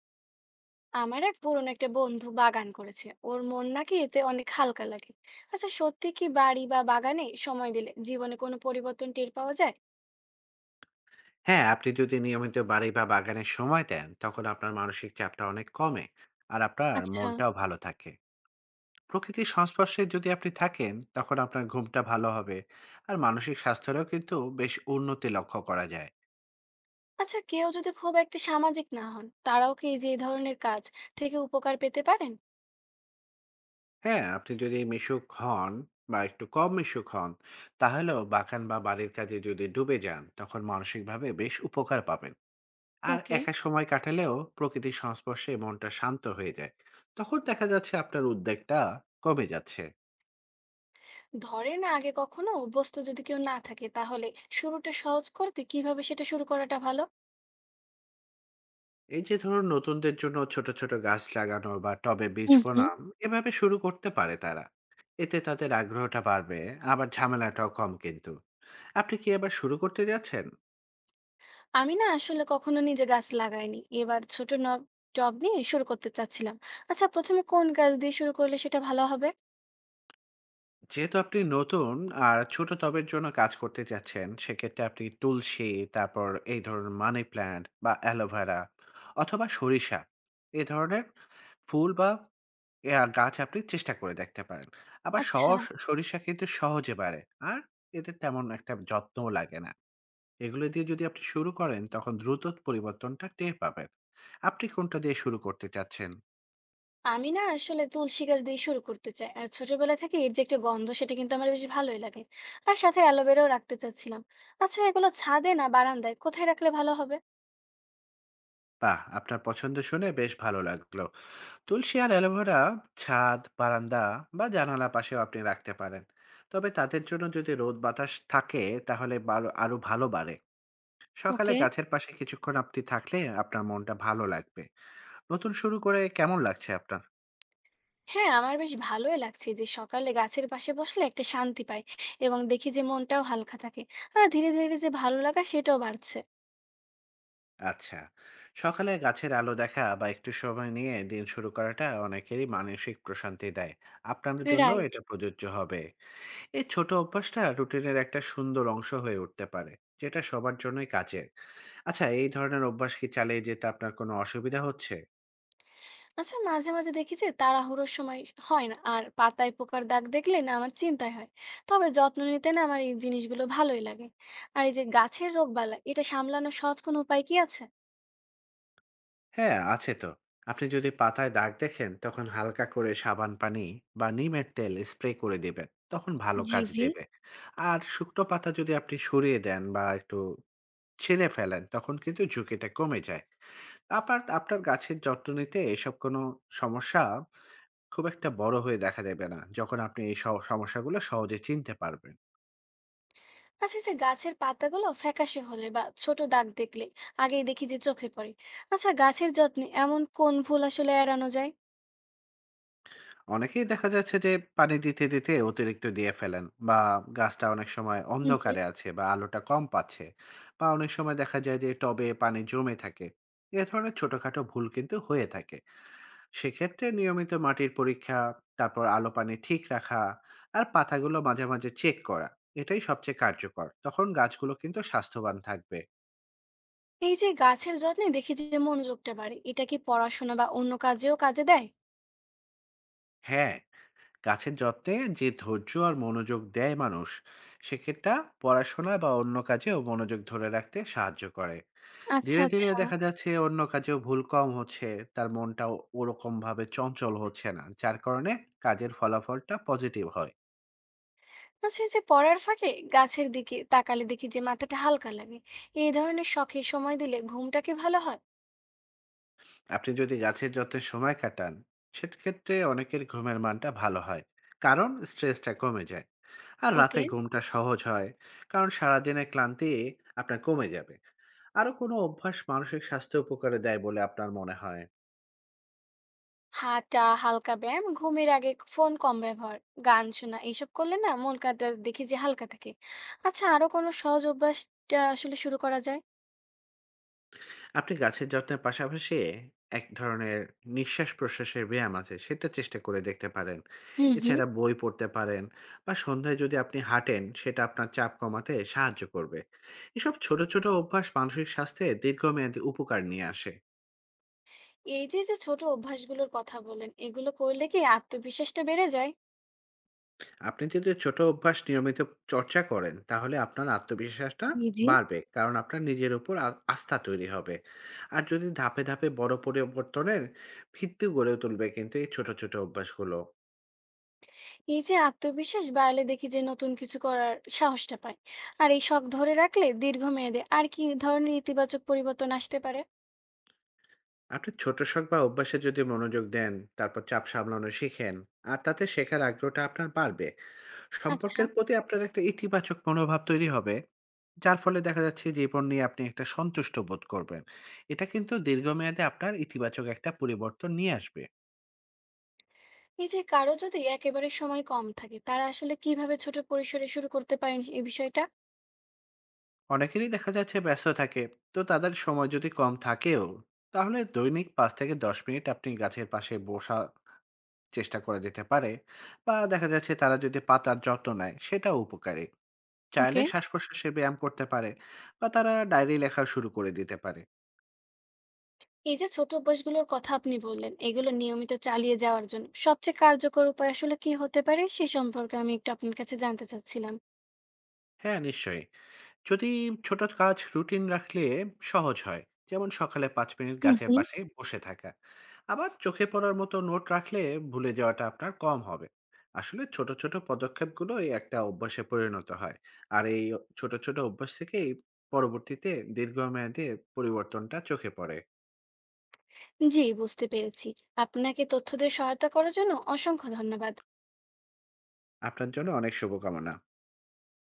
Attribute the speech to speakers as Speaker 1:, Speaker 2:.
Speaker 1: আমার এক পুরনো একটা বন্ধু বাগান করেছে, ওর মন নাকি এতে অনেক হালকা লাগে। আচ্ছা, সত্যি কি বাড়ি বা বাগানে সময় দিলে জীবনে কোনো পরিবর্তন টের পাওয়া যায়?
Speaker 2: হ্যাঁ, আপনি যদি নিয়মিত বাড়ি বা বাগানে সময় দেন, তখন আপনার মানসিক চাপটা অনেক কমে আর আপনার
Speaker 1: আচ্ছা।
Speaker 2: মনটাও ভালো থাকে। প্রকৃতির সংস্পর্শে যদি আপনি থাকেন, তখন আপনার ঘুমটা ভালো হবে আর মানসিক স্বাস্থ্যেরও কিন্তু বেশ উন্নতি লক্ষ্য করা যায়।
Speaker 1: আচ্ছা, কেউ যদি খুব একটা সামাজিক না হন, তারাও কি যে ধরনের কাজ থেকে উপকার পেতে পারেন?
Speaker 2: হ্যাঁ, আপনি যদি মিশুক হন বা একটু কম মিশুক হন, তাহলেও বাগান বা বাড়ির কাজে যদি ডুবে যান, তখন মানসিকভাবে বেশ উপকার পাবেন। আর
Speaker 1: ওকে।
Speaker 2: একা সময় কাটালেও প্রকৃতির সংস্পর্শে মনটা শান্ত হয়ে যায়। তখন দেখা যাচ্ছে আপনার উদ্বেগটা কমে যাচ্ছে।
Speaker 1: ধরেন আগে কখনো অভ্যস্ত যদি কেউ না থাকে, তাহলে শুরুটা সহজ করতে কিভাবে সেটা শুরু করাটা ভালো?
Speaker 2: এই যে ধরুন নতুনদের জন্য ছোট ছোট গাছ লাগানো বা টবে বীজ
Speaker 1: হুম হুম।
Speaker 2: বোনাম এভাবে শুরু করতে পারে তারা। এতে তাদের আগ্রহটা বাড়বে, আবার ঝামেলাটাও কম কিন্তু। আপনি কি এবার শুরু করতে যাচ্ছেন?
Speaker 1: আমি না আসলে কখনো নিজে গাছ লাগাইনি। এবার ছোট নব টব নিয়ে শুরু করতে চাচ্ছিলাম। আচ্ছা, প্রথম এ কোন গাছ দিয়ে শুরু করলে সেটা ভালো হবে?
Speaker 2: যেহেতু আপনি নতুন আর ছোট টবের জন্য কাজ করতে যাচ্ছেন, সেক্ষেত্রে আপনি তুলসী, তারপর এই ধরুন মানি প্ল্যান্ট বা অ্যালোভেরা অথবা সরিষা, এ ধরনের ফুল বা এ আ গাছ আপনি চেষ্টা করে দেখতে পারেন। আবার
Speaker 1: আচ্ছা,
Speaker 2: সরিষা কিন্তু সহজে বাড়ে। আর এতে তেমন একটা যত্নও লাগে না। এগুলো দিয়ে যদি আপনি শুরু করেন, তখন দ্রুত পরিবর্তনটা টের পাবেন। আপনি কোনটা দিয়ে শুরু করতে চাচ্ছেন?
Speaker 1: আমি না আসলে তুলসী গাছ দিয়ে শুরু করতে চাই। আর ছোটবেলা থেকে এর যে একটা গন্ধ, সেটা কিন্তু আমার বেশ ভালোই লাগে। আর সাথে অ্যালোভেরাও রাখতে চাচ্ছিলাম। আচ্ছা, এগুলো ছাদে না বারান্দায় কোথায় রাখলে ভালো হবে?
Speaker 2: বাহ! আপনার পছন্দ শুনে বেশ ভালো লাগলো। তুলসী আর অ্যালোভেরা ছাদ, বারান্দা বা জানালা পাশেও আপনি রাখতে পারেন। তবে তাদের জন্য যদি রোদ বাতাস থাকে, তাহলে আরো ভালো বাড়ে। সকালে
Speaker 1: ওকে।
Speaker 2: গাছের পাশে কিছুক্ষণ আপনি থাকলে আপনার মনটা ভালো লাগবে। নতুন শুরু করে কেমন লাগছে আপনার?
Speaker 1: হ্যাঁ, আমার বেশ ভালোই লাগছে যে সকালে গাছের পাশে বসলে একটা শান্তি পাই এবং দেখি যে মনটাও হালকা থাকে। আর ধীরে, ধীরে যে ভালো লাগা, সেটাও বাড়ছে।
Speaker 2: আচ্ছা, সকালে গাছের আলো দেখা বা একটু সময় নিয়ে দিন শুরু করাটা অনেকেরই মানসিক প্রশান্তি দেয়। আপনার জন্য
Speaker 1: রাইট।
Speaker 2: এটা প্রযোজ্য হবে। এই ছোট অভ্যাসটা রুটিনের একটা সুন্দর অংশ হয়ে উঠতে পারে, যেটা সবার জন্যই কাজের। আচ্ছা, এই ধরনের অভ্যাস কি চালিয়ে যেতে আপনার কোনো অসুবিধা হচ্ছে?
Speaker 1: আচ্ছা, মাঝে, মাঝে দেখি যে তাড়াহুড়োর সময় হয় না। আর পাতায় পোকার দাগ দেখলে না আমার চিন্তায় হয়। তবে যত্ন নিতে না আমার এই জিনিসগুলো ভালোই লাগে। আর এই যে গাছের রোগবালাই, এটা সামলানোর সহজ কোনো উপায় কি আছে?
Speaker 2: হ্যাঁ, আছে তো। আপনি যদি পাতায় দাগ দেখেন, তখন হালকা করে সাবান পানি বা নিমের তেল স্প্রে করে দিবেন। তখন ভালো
Speaker 1: জি,
Speaker 2: কাজ
Speaker 1: জি।
Speaker 2: দেবে। আর শুকনো পাতা যদি আপনি সরিয়ে দেন বা একটু ছিঁড়ে ফেলেন, তখন কিন্তু ঝুঁকিটা কমে যায়। আবার আপনার গাছের যত্ন নিতে এসব কোনো সমস্যা খুব একটা বড় হয়ে দেখা দেবে না, যখন আপনি এই সমস্যাগুলো সহজে চিনতে পারবেন।
Speaker 1: আচ্ছা, এই যে গাছের পাতাগুলো ফ্যাকাশে হলে বা ছোট দাগ দেখলে আগেই দেখি যে চোখে পড়ে। আচ্ছা, গাছের যত্নে এমন কোন ভুল আসলে এড়ানো যায়?
Speaker 2: অনেকেই দেখা যাচ্ছে যে পানি দিতে দিতে অতিরিক্ত দিয়ে ফেলেন, বা গাছটা অনেক সময়
Speaker 1: হুম, হুম।
Speaker 2: অন্ধকারে আছে বা আলোটা কম পাচ্ছে, বা অনেক সময় দেখা যায় যে টবে পানি জমে থাকে। এ ধরনের ছোটখাটো ভুল কিন্তু হয়ে থাকে। সেক্ষেত্রে নিয়মিত মাটির পরীক্ষা, তারপর আলো পানি ঠিক রাখা, আর পাতাগুলো মাঝে মাঝে চেক করা, এটাই সবচেয়ে কার্যকর। তখন গাছগুলো কিন্তু স্বাস্থ্যবান থাকবে।
Speaker 1: এই যে গাছের যত্নে দেখি যে মনোযোগটা বাড়ে। এটা কি পড়াশোনা বা অন্য কাজেও কাজে দেয়?
Speaker 2: হ্যাঁ, গাছের যত্নে যে ধৈর্য আর মনোযোগ দেয় মানুষ, সেক্ষেত্রে পড়াশোনা বা অন্য কাজেও মনোযোগ ধরে রাখতে সাহায্য করে।
Speaker 1: আচ্ছা,
Speaker 2: ধীরে ধীরে
Speaker 1: আচ্ছা।
Speaker 2: দেখা যাচ্ছে অন্য কাজেও ভুল কম হচ্ছে, তার মনটাও ওরকম ভাবে চঞ্চল হচ্ছে না, যার কারণে কাজের ফলাফলটা পজিটিভ হয়।
Speaker 1: আচ্ছা, এই যে পড়ার ফাঁকে গাছের দিকে তাকালে দেখি যে মাথাটা হালকা লাগে, এই ধরনের শখে সময় দিলে ঘুমটা কি ভালো হয়?
Speaker 2: আপনি যদি গাছের যত্নে সময় কাটান, সেক্ষেত্রে অনেকের ঘুমের মানটা ভালো হয়, কারণ স্ট্রেসটা কমে যায় আর
Speaker 1: ওকে।
Speaker 2: রাতে ঘুমটা সহজ হয়। কারণ সারাদিনে ক্লান্তি আপনার কমে যাবে। আরো কোনো অভ্যাস মানসিক স্বাস্থ্য উপকারে দেয় বলে আপনার মনে হয়?
Speaker 1: হাঁটা, হালকা ব্যায়াম, ঘুমের আগে ফোন কম ব্যবহার, গান শোনা, এইসব করলে না মন কাটা দেখি যে হালকা থাকে। আচ্ছা, আরো কোনো সহজ অভ্যাসটা আসলে শুরু করা যায়?
Speaker 2: আপনি গাছের যত্নের পাশাপাশি এক ধরনের নিঃশ্বাস-প্রশ্বাসের ব্যায়াম আছে, সেটা চেষ্টা করে দেখতে পারেন।
Speaker 1: হুম হুম।
Speaker 2: এছাড়া বই পড়তে পারেন বা সন্ধ্যায় যদি আপনি হাঁটেন, সেটা আপনার চাপ কমাতে সাহায্য করবে। এসব ছোট, ছোট অভ্যাস মানসিক স্বাস্থ্যে দীর্ঘমেয়াদী উপকার নিয়ে আসে।
Speaker 1: এই যে যে ছোট অভ্যাসগুলোর কথা বলেন, এগুলো করলে কি আত্মবিশ্বাসটা বেড়ে যায়?
Speaker 2: আপনি যদি ছোট অভ্যাস নিয়মিত চর্চা করেন, তাহলে আপনার আত্মবিশ্বাসটা
Speaker 1: জি জি।
Speaker 2: বাড়বে, কারণ আপনার নিজের উপর আস্থা তৈরি হবে। আর যদি ধাপে, ধাপে বড় পরিবর্তনের ভিত্তি গড়ে তুলবে কিন্তু এই ছোট, ছোট অভ্যাসগুলো।
Speaker 1: এই যে আত্মবিশ্বাস বাড়লে দেখি যে নতুন কিছু করার সাহসটা পায়, আর এই শখ ধরে রাখলে দীর্ঘমেয়াদে আর কি ধরনের ইতিবাচক পরিবর্তন আসতে পারে?
Speaker 2: আপনি ছোট শখ বা অভ্যাসে যদি মনোযোগ দেন, তারপর চাপ সামলানো শিখেন, আর তাতে শেখার আগ্রহটা আপনার বাড়বে।
Speaker 1: আচ্ছা,
Speaker 2: সম্পর্কের প্রতি আপনার একটা ইতিবাচক মনোভাব তৈরি হবে, যার ফলে দেখা যাচ্ছে জীবন নিয়ে আপনি একটা সন্তুষ্ট বোধ করবেন। এটা কিন্তু দীর্ঘমেয়াদে আপনার ইতিবাচক একটা পরিবর্তন নিয়ে আসবে।
Speaker 1: এই যে কারো যদি একেবারে সময় কম থাকে, তারা আসলে কিভাবে ছোট পরিসরে শুরু করতে পারেন এই বিষয়টা?
Speaker 2: অনেকেরই দেখা যাচ্ছে ব্যস্ত থাকে, তো তাদের সময় যদি কম থাকেও, তাহলে দৈনিক ৫ থেকে ১০ মিনিট আপনি গাছের পাশে বসা চেষ্টা করে যেতে পারে, বা দেখা যাচ্ছে তারা যদি পাতার যত্ন নেয় সেটাও উপকারী। চাইলে
Speaker 1: ওকে।
Speaker 2: শ্বাস-প্রশ্বাসে ব্যায়াম করতে পারে, বা তারা ডায়েরি লেখা শুরু করে দিতে পারে।
Speaker 1: এই যে ছোট অভ্যাসগুলোর কথা আপনি বললেন, এগুলো নিয়মিত চালিয়ে যাওয়ার জন্য সবচেয়ে কার্যকর উপায় আসলে কি হতে পারে, সে সম্পর্কে আমি একটু আপনার কাছে জানতে চাচ্ছিলাম।
Speaker 2: হ্যাঁ, নিশ্চয়ই। যদি ছোট কাজ রুটিন রাখলে সহজ হয়। যেমন সকালে ৫ মিনিট
Speaker 1: হুম
Speaker 2: গাছের
Speaker 1: হুম।
Speaker 2: পাশে বসে থাকা। আবার চোখে পড়ার মতো নোট রাখলে ভুলে যাওয়াটা আপনার কম হবে। আসলে ছোট, ছোট পদক্ষেপগুলোই একটা অভ্যাসে পরিণত হয়। আর এই ছোট, ছোট অভ্যাস থেকেই পরবর্তীতে দীর্ঘমেয়াদে পরিবর্তনটা চোখে পড়ে।
Speaker 1: জি, বুঝতে পেরেছি। আপনাকে তথ্য দিয়ে সহায়তা করার জন্য অসংখ্য ধন্যবাদ।
Speaker 2: আপনার জন্য অনেক শুভকামনা।